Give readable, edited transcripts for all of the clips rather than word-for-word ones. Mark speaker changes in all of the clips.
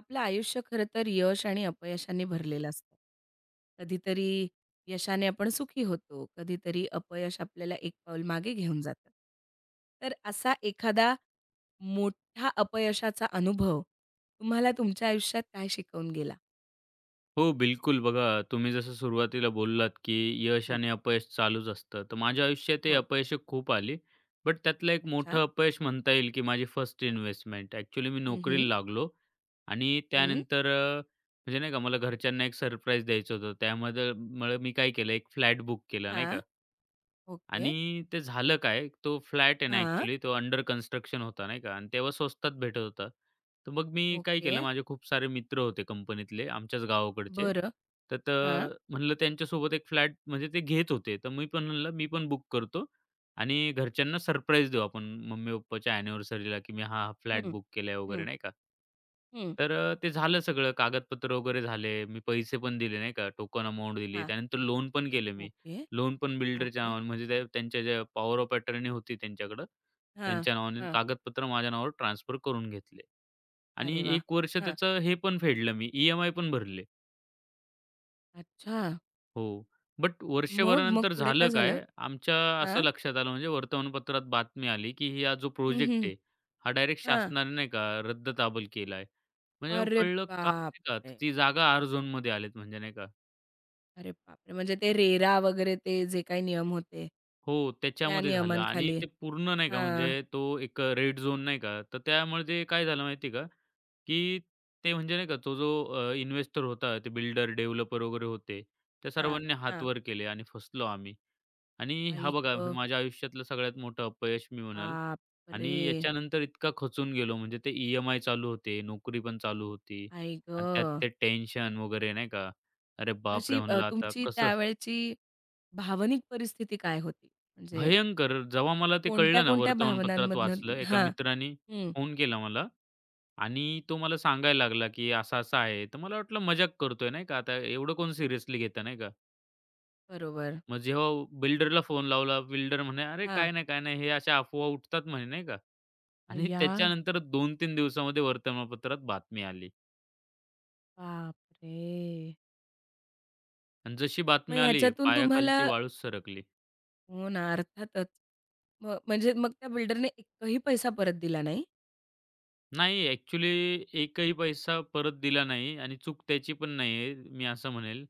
Speaker 1: आपलं आयुष्य खरं तर यश आणि अपयशाने भरलेलं असतं. कधीतरी यशाने आपण सुखी होतो, कधीतरी अपयश आपल्याला एक पाऊल मागे घेऊन जातं. तर असा एखादा मोठा अपयशाचा अनुभव तुम्हाला तुमच्या आयुष्यात काय शिकवून गेला?
Speaker 2: हो, बिलकुल. बघा, तुम्ही जसं सुरुवातीला बोललात, की यश
Speaker 1: हं,
Speaker 2: आणि अपयश चालूच असतं. तर माझ्या आयुष्यात ते
Speaker 1: हो.
Speaker 2: अपयश खूप आली. बट त्यातलं एक
Speaker 1: अच्छा.
Speaker 2: मोठं अपयश म्हणता येईल, की माझी फर्स्ट इन्व्हेस्टमेंट. ॲक्चुअली मी
Speaker 1: हं, हं.
Speaker 2: नोकरीला लागलो आणि
Speaker 1: हं.
Speaker 2: त्यानंतर म्हणजे नाही का, मला घरच्यांना एक सरप्राईज द्यायचं होतं. त्यामध्ये मुळे मी काय केलं, एक फ्लॅट बुक केला, नाही
Speaker 1: हां.
Speaker 2: का.
Speaker 1: ओके.
Speaker 2: आणि ते झालं काय, तो फ्लॅट आहे ना
Speaker 1: हां.
Speaker 2: ॲक्चुअली तो अंडर कन्स्ट्रक्शन होता नाही का आणि तेव्हा स्वस्तात भेटत होता. तर मग मी काय
Speaker 1: ओके.
Speaker 2: केलं माझे खूप सारे मित्र होते कंपनीतले आमच्याच गावाकडचे.
Speaker 1: बरं.
Speaker 2: तर
Speaker 1: हां.
Speaker 2: तर म्हणलं त्यांच्यासोबत एक फ्लॅट म्हणजे ते घेत होते. तर मी पण म्हणलं मी पण बुक करतो आणि घरच्यांना सरप्राईज देऊ आपण मम्मी-पप्पाच्या अॅनिव्हर्सरीला, की मी हा, फ्लॅट
Speaker 1: हं,
Speaker 2: बुक केलाय वगैरे
Speaker 1: हं,
Speaker 2: नाही का.
Speaker 1: हं.
Speaker 2: तर ते झालं सगळं कागदपत्र वगैरे झाले. मी पैसे पण दिले नाही का, टोकन अमाउंट दिली.
Speaker 1: हां.
Speaker 2: त्यानंतर लोन पण केले मी.
Speaker 1: ओके.
Speaker 2: लोन पण बिल्डरच्या
Speaker 1: ओके.
Speaker 2: नावाने म्हणजे त्यांच्या ज्या पॉवर ऑफ अटर्नी होती त्यांच्याकडं,
Speaker 1: हां,
Speaker 2: त्यांच्या नावाने
Speaker 1: हां.
Speaker 2: कागदपत्र माझ्या नावावर ट्रान्सफर करून घेतले आणि
Speaker 1: अरे वाह!
Speaker 2: एक वर्ष
Speaker 1: हां.
Speaker 2: त्याचं हे पण फेडलं मी, ई-एम-आय पण भरले.
Speaker 1: अच्छा.
Speaker 2: हो. बट
Speaker 1: मग? मग
Speaker 2: वर्षभरानंतर
Speaker 1: पुढे
Speaker 2: झालं
Speaker 1: काय झालं?
Speaker 2: काय, आमच्या असं
Speaker 1: हां.
Speaker 2: लक्षात आलं म्हणजे वर्तमानपत्रात बातमी आली, की हा जो
Speaker 1: हं,
Speaker 2: प्रोजेक्ट
Speaker 1: हं.
Speaker 2: आहे, हा डायरेक्ट
Speaker 1: हां.
Speaker 2: शासनाने नाही का रद्दताबल केला आहे. म्हणजे
Speaker 1: अरे
Speaker 2: कळलं का नाही का,
Speaker 1: बापरे!
Speaker 2: ती जागा आर झोनमध्ये आलेत म्हणजे नाही का.
Speaker 1: अरे बापरे! म्हणजे ते रेरा वगैरे ते जे काही नियम होते,
Speaker 2: हो,
Speaker 1: त्या
Speaker 2: त्याच्यामध्ये झालं आणि
Speaker 1: नियमांखाली.
Speaker 2: ते पूर्ण नाही का
Speaker 1: हां,
Speaker 2: म्हणजे तो एक रेड झोन नाही का, तर त्यामुळे ते काय झालं माहिती आहे का, की ते म्हणजे नाही का तो जो इन्व्हेस्टर होता, ते बिल्डर, डेव्हलपर वगैरे होते, त्या
Speaker 1: हां,
Speaker 2: सर्वांनी हात
Speaker 1: हां.
Speaker 2: वर केले आणि फसलो आम्ही. आणि हा
Speaker 1: आई
Speaker 2: बघा हे
Speaker 1: गं!
Speaker 2: माझ्या आयुष्यातलं सगळ्यात मोठं अपयश मी म्हणाल. आणि
Speaker 1: बापरे!
Speaker 2: याच्यानंतर इतका खचून गेलो म्हणजे ते ई-एम-आय चालू होते, नोकरी पण चालू होती
Speaker 1: आई
Speaker 2: आणि त्यात
Speaker 1: गं!
Speaker 2: ते टेन्शन वगैरे नाही का. अरे बापरे!
Speaker 1: अशी
Speaker 2: म्हणलं आता
Speaker 1: तुमची
Speaker 2: कसं
Speaker 1: त्यावेळची भावनिक परिस्थिती काय होती? म्हणजे
Speaker 2: भयंकर. जेव्हा मला ते
Speaker 1: कोणत्या,
Speaker 2: कळलं ना,
Speaker 1: कोणत्या
Speaker 2: वर्तमानपत्रात
Speaker 1: भावनांमधनं.
Speaker 2: वाचलं, एका
Speaker 1: हां.
Speaker 2: मित्राने
Speaker 1: हं.
Speaker 2: फोन केला मला आणि तो मला सांगायला लागला, की असं-असं आहे. तर मला वाटलं मजाक करतोय नाही का, आता एवढं कोण सिरियसली घेतं नाही का.
Speaker 1: बरोबर.
Speaker 2: मग जेव्हा बिल्डरला फोन लावला, बिल्डर म्हणे, "अरे
Speaker 1: हां.
Speaker 2: काय नाही, काय नाही, हे अशा अफवा उठतात" म्हणे नाही का. आणि
Speaker 1: अय्या!
Speaker 2: त्याच्यानंतर 2-3 दिवसामध्ये वर्तमानपत्रात बातमी आली
Speaker 1: बापरे!
Speaker 2: आणि जशी
Speaker 1: मग
Speaker 2: बातमी आली,
Speaker 1: ह्याच्यातून तुम्हाला.
Speaker 2: पायाखालची वाळूच सरकली.
Speaker 1: हो ना, अर्थातच. मग म्हणजे मग त्या बिल्डरने एकही पैसा परत दिला नाही?
Speaker 2: नाही, ॲक्चुअली एकही पैसा परत दिला नाही आणि चूक त्याची पण नाही आहे. मी असं म्हणेल.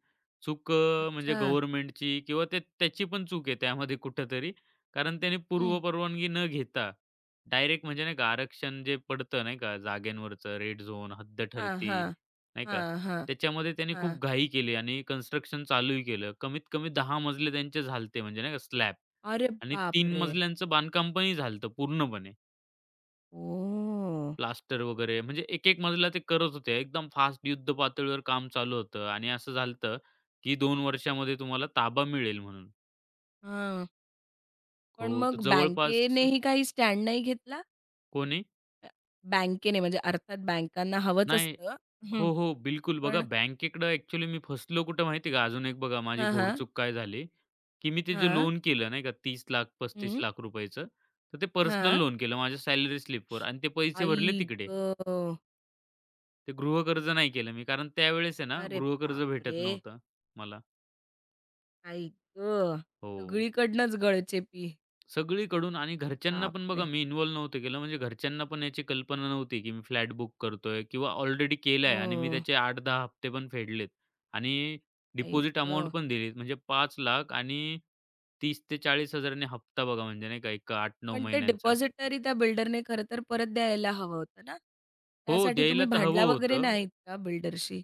Speaker 2: चूक म्हणजे
Speaker 1: अच्छा.
Speaker 2: गव्हर्नमेंटची किंवा त्याची पण चूक आहे त्यामध्ये कुठेतरी. कारण त्याने
Speaker 1: हं.
Speaker 2: पूर्वपरवानगी न घेता डायरेक्ट म्हणजे नाही का आरक्षण जे पडतं नाही का जागेंवरचं रेड झोन, हद्द
Speaker 1: हां,
Speaker 2: ठरती,
Speaker 1: हां.
Speaker 2: नाही का.
Speaker 1: हां, हां,
Speaker 2: त्याच्यामध्ये त्यांनी
Speaker 1: हां.
Speaker 2: खूप घाई केली आणि कन्स्ट्रक्शन चालूही केलं. कमीत कमी 10 मजले त्यांचे झाले म्हणजे नाही का स्लॅब
Speaker 1: अरे
Speaker 2: आणि 3
Speaker 1: बापरे!
Speaker 2: मजल्यांचं बांधकाम पण झालं पूर्णपणे.
Speaker 1: ओ,
Speaker 2: प्लास्टर वगैरे म्हणजे एक-एक मजला ते करत होते. एकदम फास्ट युद्ध पातळीवर काम चालू होतं आणि असं झालतं, की 2 वर्षामध्ये तुम्हाला ताबा मिळेल म्हणून.
Speaker 1: हां.
Speaker 2: हो,
Speaker 1: पण
Speaker 2: तर
Speaker 1: मग
Speaker 2: जवळपास
Speaker 1: बँकेनेही काही स्टँड नाही घेतला?
Speaker 2: कोणी?
Speaker 1: बँकेने म्हणजे अर्थात बँकांना हवंच
Speaker 2: नाही.
Speaker 1: असतं. हं.
Speaker 2: हो, हो, बिलकुल. बघा
Speaker 1: पण
Speaker 2: बँकेकडं ॲक्चुअली मी फसलो कुठं माहिती का? अजून एक बघा माझी
Speaker 1: हां, हां.
Speaker 2: घोडचूक काय झाली, की मी ते जे
Speaker 1: हां.
Speaker 2: लोन केलं नाही का
Speaker 1: हं.
Speaker 2: ₹30,00,000-₹35,00,000 रुपयाचं, तर ते पर्सनल
Speaker 1: हां.
Speaker 2: लोन केलं माझ्या सॅलरी स्लिपवर आणि ते पैसे
Speaker 1: आई
Speaker 2: भरले तिकडे.
Speaker 1: गं!
Speaker 2: ते गृहकर्ज नाही केलं मी कारण त्यावेळेस आहे ना
Speaker 1: अरे
Speaker 2: गृहकर्ज भेटत
Speaker 1: बापरे!
Speaker 2: नव्हतं मला.
Speaker 1: आई गं!
Speaker 2: हो.
Speaker 1: सगळीकडनंच गळचेपी.
Speaker 2: सगळीकडून आणि घरच्यांना पण बघा
Speaker 1: बापरे!
Speaker 2: मी इन्व्हॉल्व नव्हतं केलं. म्हणजे घरच्यांना पण याची कल्पना नव्हती, की मी फ्लॅट बुक करतोय किंवा ऑलरेडी केलाय
Speaker 1: हो.
Speaker 2: आणि मी त्याचे 8-10 हप्ते पण फेडलेत आणि
Speaker 1: आई
Speaker 2: डिपॉझिट अमाउंट
Speaker 1: गं!
Speaker 2: पण दिली. म्हणजे 5,00,000 आणि 30,000 ते 40,000 नी हप्ता बघा म्हणजे नाही का एक 8-9
Speaker 1: पण ते
Speaker 2: महिन्यांचा.
Speaker 1: डिपॉझिटरी त्या बिल्डरने खरं तर परत द्यायला हवं होतं ना?
Speaker 2: हो,
Speaker 1: त्यासाठी
Speaker 2: द्यायला
Speaker 1: तुम्ही
Speaker 2: तर
Speaker 1: भांडला
Speaker 2: हवं
Speaker 1: वगैरे
Speaker 2: होतं.
Speaker 1: नाहीत का बिल्डरशी?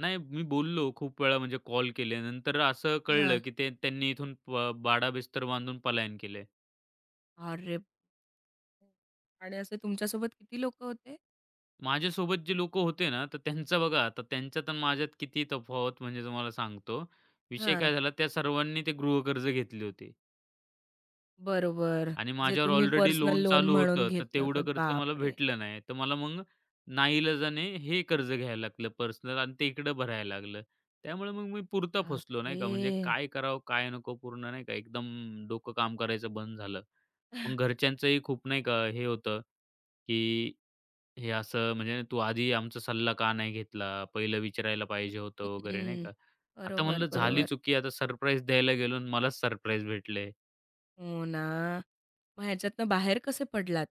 Speaker 2: नाही मी बोललो खूप वेळा म्हणजे कॉल केले. नंतर असं कळलं,
Speaker 1: हां.
Speaker 2: की ते त्यांनी इथून प बाडाबिस्तर बांधून पलायन केलंय.
Speaker 1: अरे! आणि असे तुमच्यासोबत किती लोकं होते?
Speaker 2: माझ्यासोबत जे लोकं होते ना, तर त्यांचं बघा आता त्यांच्यात आणि माझ्यात किती तफावत म्हणजे तुम्हाला सांगतो. विषय
Speaker 1: हां.
Speaker 2: काय झाला त्या सर्वांनी ते गृहकर्ज घेतली होती
Speaker 1: बरोबर.
Speaker 2: आणि
Speaker 1: जे
Speaker 2: माझ्यावर
Speaker 1: तुम्ही
Speaker 2: ऑलरेडी
Speaker 1: पर्सनल
Speaker 2: लोन
Speaker 1: लोन
Speaker 2: चालू
Speaker 1: म्हणून
Speaker 2: होतं, तर
Speaker 1: घेतलं
Speaker 2: तेवढं
Speaker 1: होतं.
Speaker 2: कर्ज मला
Speaker 1: बापरे!
Speaker 2: भेटलं नाही. तर मला मग नाईलाजाने हे कर्ज घ्यायला लागलं पर्सनल आणि ते इकडं भरायला लागलं. त्यामुळे मग मी पुरता फसलो नाही का, म्हणजे
Speaker 1: बापरे!
Speaker 2: काय करावं, काय नको पूर्ण नाही का एकदम डोकं काम करायचं बंद झालं. मग घरच्यांचंही खूप नाही का हे होतं, की हे असं म्हणजे तू आधी आमचा सल्ला का नाही घेतला? पहिलं विचारायला पाहिजे होतं वगैरे नाही
Speaker 1: हं.
Speaker 2: का? आता
Speaker 1: बरोबर,
Speaker 2: म्हणलं झाली
Speaker 1: बरोबर.
Speaker 2: चुकी आता सरप्राईज द्यायला गेलो आणि मलाच सरप्राईज भेटले.
Speaker 1: हो ना. मग ह्याच्यातनं बाहेर कसे पडलात?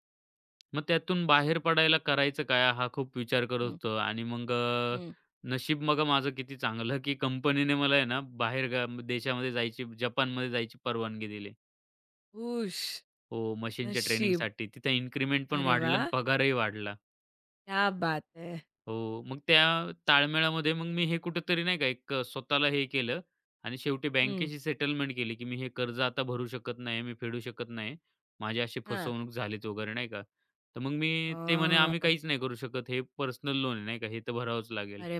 Speaker 2: मग त्यातून बाहेर पडायला करायचं काय हा खूप विचार करत
Speaker 1: हं.
Speaker 2: होतो आणि मग
Speaker 1: हं.
Speaker 2: नशीब बघा माझं किती चांगलं, की कंपनीने मला आहे ना बाहेरगा देशामध्ये जायची, जपानमध्ये जायची परवानगी दिली.
Speaker 1: हुश!
Speaker 2: हो, मशीनच्या
Speaker 1: नशीब.
Speaker 2: ट्रेनिंगसाठी. तिथे इन्क्रिमेंट पण
Speaker 1: अरे
Speaker 2: वाढलं आणि
Speaker 1: वाह!
Speaker 2: पगारही वाढला.
Speaker 1: क्या बात है!
Speaker 2: हो. मग त्या ताळमेळामध्ये मग मी हे कुठेतरी नाही का एक स्वतःला हे केलं आणि शेवटी
Speaker 1: हं.
Speaker 2: बँकेशी सेटलमेंट केली, की मी हे कर्ज आता भरू शकत नाही, मी फेडू शकत नाही. माझी अशी
Speaker 1: हां.
Speaker 2: फसवणूक झालीच वगैरे नाही का. तर मग मी ते म्हणे, "आम्ही
Speaker 1: अ,
Speaker 2: काहीच नाही करू शकत. हे पर्सनल लोन आहे नाही का, हे तर भरावंच लागेल."
Speaker 1: अरे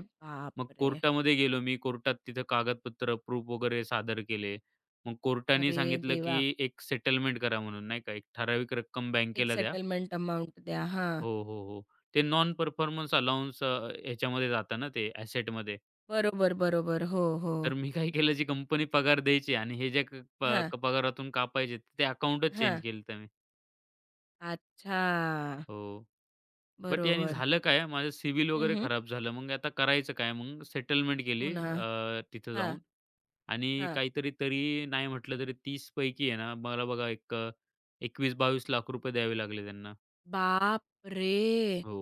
Speaker 2: मग
Speaker 1: बापरे!
Speaker 2: कोर्टामध्ये गेलो मी. कोर्टात तिथं कागदपत्र, प्रूफ वगैरे सादर केले. मग कोर्टाने
Speaker 1: अरे
Speaker 2: सांगितलं,
Speaker 1: देवा!
Speaker 2: की एक सेटलमेंट करा म्हणून नाही का, एक ठराविक रक्कम
Speaker 1: एक
Speaker 2: बँकेला द्या
Speaker 1: सेटलमेंट अमाउंट द्या. हां.
Speaker 2: हो, हो, हो. ते नॉन परफॉर्मन्स अलाउअन्स ह्याच्यामध्ये जातं ना ते ॲसेटमध्ये.
Speaker 1: बरोबर, बरोबर. हो, हो.
Speaker 2: तर मी काय केलं जी कंपनी पगार द्यायची आणि हे जे प
Speaker 1: हां,
Speaker 2: पगारातून कापायचे ते अकाउंटच चेंज
Speaker 1: हां.
Speaker 2: केलं होतं मी.
Speaker 1: अच्छा.
Speaker 2: हो. बट यानी
Speaker 1: बरोबर.
Speaker 2: झालं काय माझं सिव्हिल
Speaker 1: हं,
Speaker 2: वगैरे
Speaker 1: हं.
Speaker 2: खराब झालं. मग आता करायचं काय? मग सेटलमेंट
Speaker 1: हो
Speaker 2: केली
Speaker 1: ना.
Speaker 2: तिथं
Speaker 1: हां,
Speaker 2: जाऊन आणि
Speaker 1: हां.
Speaker 2: काहीतरी तरी नाही म्हटलं तरी 30 पैकी आहे ना, मला बघा एक ₹21 लाख रुपये द्यावे लागले त्यांना.
Speaker 1: बापरे!
Speaker 2: हो.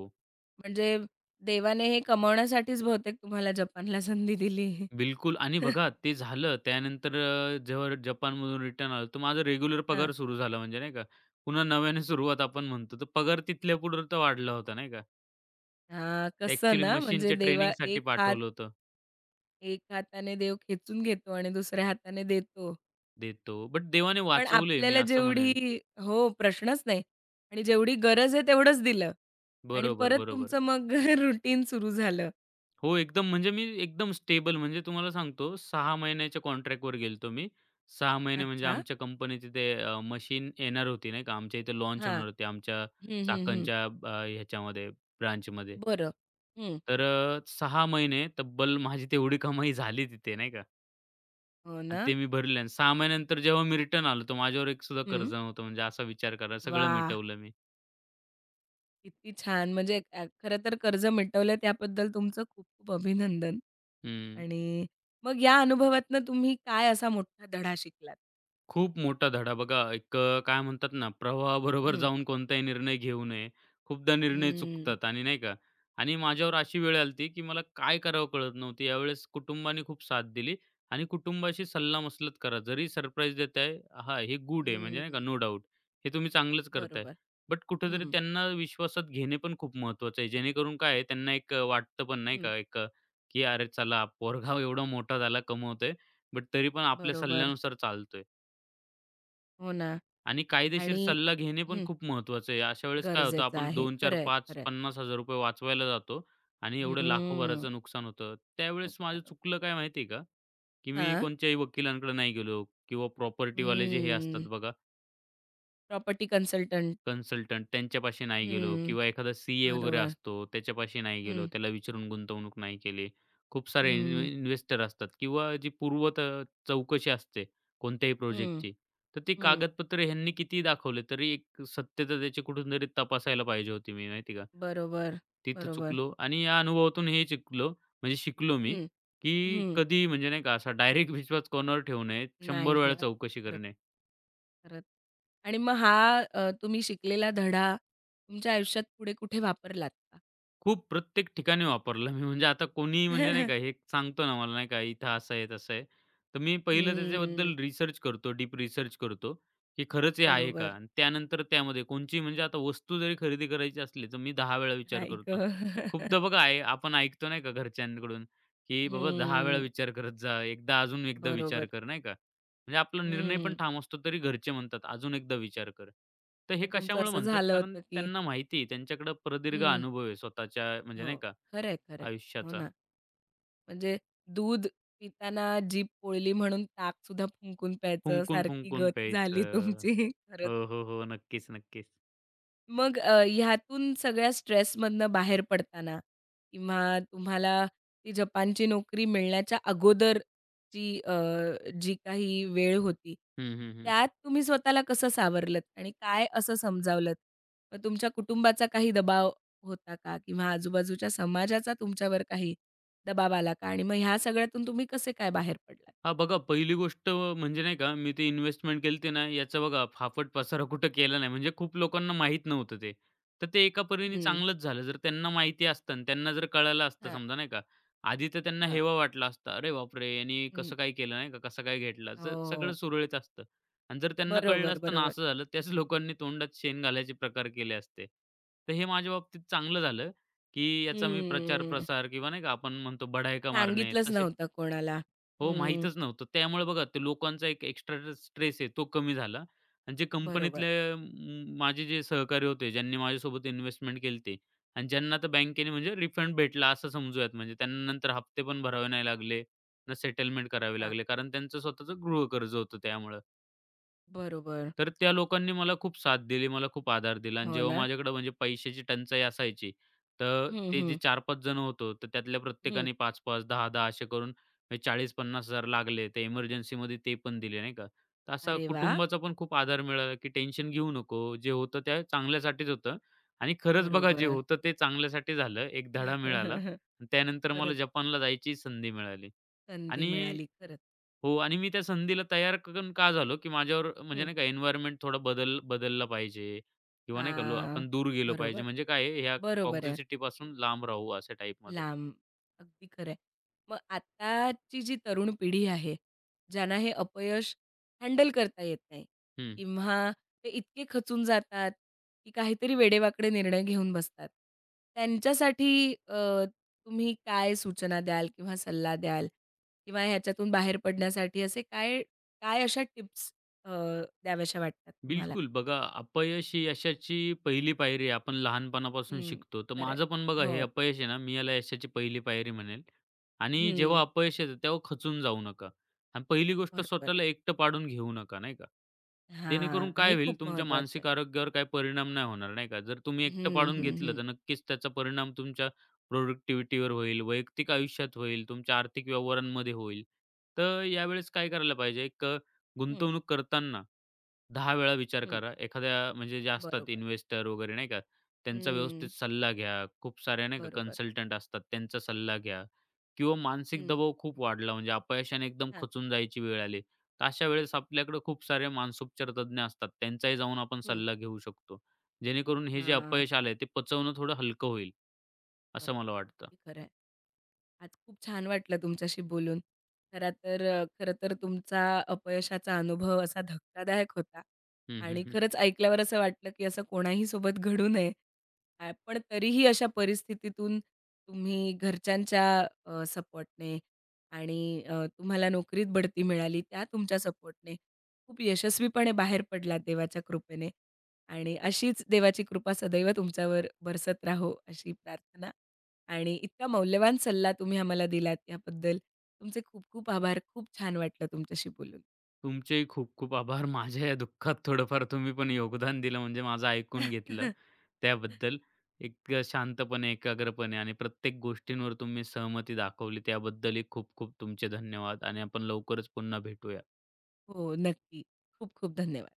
Speaker 1: म्हणजे देवाने हे कमवण्यासाठीच बहुतेक तुम्हाला जपानला संधी दिली.
Speaker 2: बिलकुल आणि बघा ते झालं त्यानंतर जेव्हा जपानमधून रिटर्न आलो, तर माझा रेग्युलर
Speaker 1: हां.
Speaker 2: पगार सुरू झाला म्हणजे नाही का. पुन्हा नव्याने सुरुवात आपण म्हणतो. तर पगार तिथल्या पुढे तर वाढला होता नाही का.
Speaker 1: हां,
Speaker 2: ते
Speaker 1: कसं
Speaker 2: ॲक्चुअली
Speaker 1: ना, म्हणजे
Speaker 2: मशीनच्या
Speaker 1: देवा
Speaker 2: ट्रेनिंगसाठी
Speaker 1: एक हात.
Speaker 2: पाठवलं होतं.
Speaker 1: एक हाताने देव खेचून घेतो आणि दुसऱ्या हाताने देतो.
Speaker 2: देतो बट देवाने
Speaker 1: पण
Speaker 2: वाचवलंय मी
Speaker 1: आपल्याला
Speaker 2: असं म्हणेल.
Speaker 1: जेवढी हो, प्रश्नच नाही आणि जेवढी गरज आहे तेवढंच दिलं आणि
Speaker 2: बरोबर,
Speaker 1: परत
Speaker 2: बरोबर.
Speaker 1: तुमचं मग रुटीन सुरू झालं.
Speaker 2: हो, एकदम म्हणजे मी एकदम स्टेबल म्हणजे तुम्हाला सांगतो 6 महिन्याच्या कॉन्ट्रॅक्टवर गेलतो मी. 6 महिने म्हणजे
Speaker 1: अच्छा.
Speaker 2: आमच्या कंपनीची ते मशीन येणार होती नाही का, आमच्या इथे लॉन्च
Speaker 1: हां.
Speaker 2: होणार होती आमच्या
Speaker 1: हं, हं, हं.
Speaker 2: चाकणच्या ह्याच्यामध्ये ब्रांचमध्ये.
Speaker 1: बरं. हं.
Speaker 2: तर 6 महिने तब्बल माझी तेवढी कमाई झाली तिथे नाही का
Speaker 1: हो
Speaker 2: आणि
Speaker 1: ना?
Speaker 2: ते मी भरले आणि 6 महिन्यानंतर जेव्हा मी रिटर्न आलो, तर माझ्यावर एक सुद्धा
Speaker 1: हं.
Speaker 2: कर्ज नव्हतं म्हणजे असा विचार करा सगळं
Speaker 1: वाह!
Speaker 2: मिटवलं मी.
Speaker 1: किती छान. म्हणजे खरं तर कर्ज मिटवलं त्याबद्दल तुमचं खूप-खूप अभिनंदन
Speaker 2: हं.
Speaker 1: आणि मग या अनुभवातनं तुम्ही काय असा मोठा धडा शिकलात?
Speaker 2: खूप मोठा धडा बघा एक काय म्हणतात ना प्रवाहाबरोबर
Speaker 1: हं.
Speaker 2: जाऊन कोणताही निर्णय घेऊ नये. खूपदा निर्णय
Speaker 1: हं,
Speaker 2: चुकतात आणि नाही का? आणि माझ्यावर अशी वेळ आली की मला काय करावं कळत नव्हती. यावेळेस कुटुंबाने खूप साथ दिली आणि कुटुंबाशी सल्लामसलत करा. जरी सरप्राईज देताय, हां, हे गुड आहे म्हणजे नाही का
Speaker 1: हं.
Speaker 2: No doubt. हे तुम्ही चांगलंच करताय.
Speaker 1: बरोबर.
Speaker 2: बट कुठेतरी
Speaker 1: हं,
Speaker 2: त्यांना विश्वासात घेणे पण खूप महत्त्वाचं आहे. जेणेकरून काय आहे त्यांना एक वाटतं पण नाही
Speaker 1: हं.
Speaker 2: का एक की "अरे चला पोरगा एवढा मोठा झाला, कमवतोय, बट तरी पण आपल्या
Speaker 1: बरोबर.
Speaker 2: सल्ल्यानुसार चालतोय."
Speaker 1: हो ना
Speaker 2: आणि कायदेशीर
Speaker 1: आणि
Speaker 2: सल्ला घेणे पण
Speaker 1: हं.
Speaker 2: खूप महत्त्वाचं आहे. अशा वेळेस काय होतं
Speaker 1: गरजेचं
Speaker 2: आपण
Speaker 1: आहे.
Speaker 2: 2, 4,
Speaker 1: खरं आहे,
Speaker 2: 5,
Speaker 1: खरं आहे.
Speaker 2: 50,000 वाचवायला जातो आणि एवढं
Speaker 1: हम्म.
Speaker 2: लाखोभराचं नुकसान होतं. त्यावेळेस
Speaker 1: नुकसान
Speaker 2: माझं
Speaker 1: होतं.
Speaker 2: चुकलं काय माहिती आहे का? की मी
Speaker 1: हां.
Speaker 2: कोणत्याही वकिलांकडे नाही गेलो किंवा प्रॉपर्टीवाले जे हे असतात
Speaker 1: हम्म.
Speaker 2: बघा,
Speaker 1: प्रॉपर्टी कन्सल्टंट.
Speaker 2: कन्सल्टंट त्यांच्यापाशी नाही गेलो
Speaker 1: हं.
Speaker 2: किंवा एखादा सीए वगैरे
Speaker 1: बरोबर.
Speaker 2: असतो त्याच्यापाशी नाही गेलो,
Speaker 1: हं,
Speaker 2: त्याला विचारून गुंतवणूक नाही केली. खूप सारे इन
Speaker 1: हं,
Speaker 2: इन्व्हेस्टर असतात किंवा जी पूर्वत चौकशी असते कोणत्याही
Speaker 1: हं,
Speaker 2: प्रोजेक्टची, तर ती
Speaker 1: हं.
Speaker 2: कागदपत्रे ह्यांनी कितीही दाखवले तरी एक सत्यता त्याची कुठूनतरी तपासायला पाहिजे होती मी माहिती का.
Speaker 1: बरोबर,
Speaker 2: तिथं
Speaker 1: बरोबर.
Speaker 2: चुकलो आणि या अनुभवातून हे शिकलो म्हणजे शिकलो मी,
Speaker 1: हं,
Speaker 2: की
Speaker 1: हं.
Speaker 2: कधी म्हणजे नाही का असा डायरेक्ट विश्वास कोणावर ठेवू नये. 100
Speaker 1: नाही
Speaker 2: वेळा
Speaker 1: ठेवायचं.
Speaker 2: चौकशी
Speaker 1: खरंच.
Speaker 2: करणे.
Speaker 1: खरंच. आणि मग हा तुम्ही शिकलेला धडा तुमच्या आयुष्यात पुढे कुठे वापरलात का?
Speaker 2: खूप प्रत्येक ठिकाणी वापरला मी म्हणजे आता कोणी म्हणजे नाही का हे सांगतो ना मला नाही का इथं असं आहे तसं आहे. तर मी पहिलं
Speaker 1: हम्म.
Speaker 2: त्याच्याबद्दल रिसर्च करतो, डीप रिसर्च करतो, की खरंच हे आहे का?
Speaker 1: बरोबर.
Speaker 2: आणि त्यानंतर त्यामध्ये कोणची म्हणजे आता वस्तू जरी खरेदी करायची असली, तर मी 10 वेळा विचार
Speaker 1: आई
Speaker 2: करतो.
Speaker 1: ग..
Speaker 2: खूपदा बघा आहे आपण ऐकतो नाही का घरच्यांकडून, की "बाबा 10 वेळा
Speaker 1: हं.
Speaker 2: विचार करत जा, एकदा अजून एकदा विचार
Speaker 1: बरोबर.
Speaker 2: कर." नाही का? म्हणजे आपला निर्णय पण
Speaker 1: हं.
Speaker 2: ठाम असतो, तरी घरचे म्हणतात, "अजून एकदा विचार कर." तर हे
Speaker 1: मग तुमचं
Speaker 2: कशामुळे
Speaker 1: असं
Speaker 2: म्हणतात?
Speaker 1: झालं
Speaker 2: कारण
Speaker 1: होतं, की
Speaker 2: त्यांना माहिती आहे, त्यांच्याकडे प्रदीर्घ
Speaker 1: हं.
Speaker 2: अनुभव आहे स्वतःच्या म्हणजे
Speaker 1: हो.
Speaker 2: नाही का
Speaker 1: खरंय, खरंय. हो
Speaker 2: आयुष्याचा.
Speaker 1: ना. म्हणजे दूध पिताना जीभ पोळली म्हणून ताकसुद्धा फुंकून प्यायचं, सारखी
Speaker 2: फुंकून-फुंकून
Speaker 1: गत झाली
Speaker 2: प्यायचं.
Speaker 1: तुमची. खरंच.
Speaker 2: हो, हो, हो. नक्कीच, नक्कीच.
Speaker 1: मग ह्यातून सगळ्या स्ट्रेसमधनं बाहेर पडताना किंवा तुम्हाला ती जपानची नोकरी मिळण्याच्या अगोदरची जी काही वेळ होती,
Speaker 2: हं, हं, हं.
Speaker 1: त्यात तुम्ही स्वतःला कसं सावरलत आणि काय असं समजावलत? मग तुमच्या कुटुंबाचा काही दबाव होता का? किंवा आजूबाजूच्या समाजाचा तुमच्यावर काही दबाव आला का? आणि मग ह्या सगळ्यातून तुम्ही कसे काय बाहेर पडलात?
Speaker 2: हां, बघा पहिली गोष्ट म्हणजे नाही का, मी ती इन्व्हेस्टमेंट केली होती ना, याचा बघा फाफट पसारा कुठं केला नाही. म्हणजे खूप लोकांना माहीत नव्हतं ते. तर ते एका परीने
Speaker 1: हं.
Speaker 2: चांगलंच झालं. जर त्यांना माहिती असतं आणि त्यांना जर कळालं असतं
Speaker 1: हां,
Speaker 2: समजा नाही का, आधी तर त्यांना
Speaker 1: हां.
Speaker 2: हेवा वाटला असता, "अरे बापरे! यांनी
Speaker 1: हं.
Speaker 2: कसं काय केलं नाही का, कसं काय घेतला?" तर सगळं
Speaker 1: हो,
Speaker 2: सुरळीत असतं. आणि जर त्यांना कळलं
Speaker 1: बरोबर,
Speaker 2: असतं ना,
Speaker 1: बरोबर.
Speaker 2: असं झालं, त्याच लोकांनी तोंडात शेण घालायचे प्रकार केले असते. तर हे माझ्या बाबतीत चांगलं झालं, की याचा मी
Speaker 1: हं.
Speaker 2: प्रचार-प्रसार किंवा नाही का आपण म्हणतो बढायका मारणे,
Speaker 1: सांगितलंच
Speaker 2: तसे
Speaker 1: नव्हतं कोणाला.
Speaker 2: हो,
Speaker 1: हं,
Speaker 2: माहीतच नव्हतं. त्यामुळे बघा ते लोकांचा एक एक्स्ट्रा स्ट्रेस आहे तो कमी झाला आणि जे
Speaker 1: बरोबर.
Speaker 2: कंपनीतले माझे जे सहकारी होते, ज्यांनी माझ्यासोबत इन्व्हेस्टमेंट केली होती आणि ज्यांना तर बँकेने म्हणजे रिफंड भेटला असं समजूयात. म्हणजे त्यांना नंतर हप्ते पण भरावे नाही लागले, ना सेटलमेंट करावे
Speaker 1: हां,
Speaker 2: लागले कारण त्यांचं स्वतःचं गृहकर्ज होतं त्यामुळं.
Speaker 1: बरोबर.
Speaker 2: तर त्या लोकांनी मला खूप साथ दिली, मला खूप आधार दिला आणि
Speaker 1: हो
Speaker 2: जेव्हा
Speaker 1: ना.
Speaker 2: माझ्याकडे म्हणजे पैशाची टंचाई असायची, तर
Speaker 1: हं,
Speaker 2: ते जे
Speaker 1: हं,
Speaker 2: 4-5 जण होतो, तर त्यातल्या
Speaker 1: हं.
Speaker 2: प्रत्येकाने 5-5, 10-10 असे करून म्हणजे 40-50,000 लागले. तर इमर्जन्सीमध्ये ते पण दिले, नाही का. तर असा
Speaker 1: अरे वा,
Speaker 2: कुटुंबाचा पण खूप आधार मिळाला, की टेन्शन घेऊ नको. जे होतं ते चांगल्यासाठीच होतं आणि खरंच बघा जे
Speaker 1: बरोबर.
Speaker 2: होतं ते चांगल्यासाठी झालं. एक धडा मिळाला आणि त्यानंतर मला
Speaker 1: खरंच
Speaker 2: जपानला जायची संधी मिळाली
Speaker 1: संधी
Speaker 2: आणि
Speaker 1: मिळाली खरंच.
Speaker 2: हो आणि मी त्या संधीला तयार करून का झालो, की माझ्यावर म्हणजे
Speaker 1: हं.
Speaker 2: नाही का एन्व्हायर्नमेंट थोडा बदलला पाहिजे किंवा नाही का
Speaker 1: हां,
Speaker 2: आपण दूर गेलो पाहिजे.
Speaker 1: बरोबर.
Speaker 2: म्हणजे काय आहे ह्या
Speaker 1: बरोबर आहे.
Speaker 2: टॉक्सिसिटीपासून लांब राहू अशा टाईपमध्ये.
Speaker 1: लांब. अगदी खरं आहे. मग आत्ताची जी तरुण पिढी आहे, ज्यांना हे अपयश हँडल करता येत नाही किंवा ते इतके खचून जातात, की काहीतरी वेडेवाकडे निर्णय घेऊन बसतात. त्यांच्यासाठी तुम्ही काय सूचना द्याल किंवा सल्ला द्याल? किंवा ह्याच्यातून बाहेर पडण्यासाठी असे काय काय अशा टिप्स अ, द्याव्याशा वाटतात तुम्हाला?
Speaker 2: बिलकुल. बघा, अपयश ही यशाची पहिली पायरी आहे. आपण लहानपणापासून
Speaker 1: हं,
Speaker 2: शिकतो. तर
Speaker 1: खरं
Speaker 2: माझं पण बघा
Speaker 1: हो.
Speaker 2: हे अपयश आहे ना, मी याला यशाची पहिली पायरी म्हणेल. आणि जेव्हा
Speaker 1: हं,
Speaker 2: अपयश येतं तेव्हा खचून जाऊ नका. आणि पहिली गोष्ट
Speaker 1: बरोबर.
Speaker 2: स्वतःला एकटं पाडून घेऊ नका, नाही का.
Speaker 1: हां,
Speaker 2: जेणेकरून
Speaker 1: हे
Speaker 2: काय होईल
Speaker 1: खूप
Speaker 2: तुमच्या
Speaker 1: महत्वाचं आहे.
Speaker 2: मानसिक आरोग्यावर काही परिणाम नाही होणार, नाही का. जर तुम्ही एकटं
Speaker 1: हं,
Speaker 2: पाडून
Speaker 1: हं,
Speaker 2: घेतलं
Speaker 1: हं.
Speaker 2: तर नक्कीच त्याचा परिणाम तुमच्या प्रोडक्टिव्हिटीवर होईल, वैयक्तिक आयुष्यात होईल, तुमच्या आर्थिक व्यवहारांमध्ये होईल. तर यावेळेस काय करायला पाहिजे एक
Speaker 1: हं,
Speaker 2: गुंतवणूक करताना 10 वेळा विचार
Speaker 1: हं.
Speaker 2: करा. एखाद्या म्हणजे जे असतात
Speaker 1: बरोबर.
Speaker 2: इन्व्हेस्टर वगैरे नाही का, त्यांचा
Speaker 1: हं,
Speaker 2: व्यवस्थित सल्ला घ्या. खूप सारे नाही का
Speaker 1: बरोबर.
Speaker 2: कन्सल्टंट असतात, त्यांचा सल्ला घ्या किंवा मानसिक
Speaker 1: हं.
Speaker 2: दबाव खूप वाढला म्हणजे अपयशाने एकदम
Speaker 1: हां,
Speaker 2: खचून जायची वेळ आली. तर अशा वेळेस आपल्याकडे खूप सारे मानसोपचार तज्ञ असतात. त्यांचाही जाऊन आपण
Speaker 1: हं.
Speaker 2: सल्ला घेऊ शकतो. जेणेकरून हे जे
Speaker 1: हां,
Speaker 2: अपयश आलंय ते पचवणं थोडं हलकं होईल, असं
Speaker 1: बरोबर.
Speaker 2: मला वाटतं.
Speaker 1: अगदी खरं आहे. आज खूप छान वाटलं तुमच्याशी बोलून. खरं तर तुमचा अपयशाचा अनुभव असा धक्कादायक होता
Speaker 2: हं, हं,
Speaker 1: आणि
Speaker 2: हं.
Speaker 1: खरंच ऐकल्यावर असं वाटलं, की असं कोणाही सोबत घडू नये. पण तरीही अशा परिस्थितीतून तुम्ही घरच्यांच्या सपोर्टने आणि तुम्हाला नोकरीत बढती मिळाली त्या तुमच्या सपोर्टने खूप यशस्वीपणे बाहेर पडलात देवाच्या कृपेने आणि अशीच देवाची कृपा सदैव तुमच्यावर बरसत राहो अशी प्रार्थना आणि इतका मौल्यवान सल्ला तुम्ही आम्हाला दिलात याबद्दल तुमचे खूप खूप आभार. खूप छान वाटलं तुमच्याशी बोलून.
Speaker 2: तुमचेही खूप खूप आभार. माझ्या या दुःखात थोडंफार तुम्ही पण योगदान दिलं म्हणजे माझं ऐकून घेतलं त्याबद्दल एक शांतपणे, एकाग्रपणे आणि प्रत्येक गोष्टींवर तुम्ही सहमती दाखवली त्याबद्दलही खूप खूप तुमचे धन्यवाद आणि आपण लवकरच पुन्हा भेटूया.
Speaker 1: हो, नक्की. खूप खूप धन्यवाद.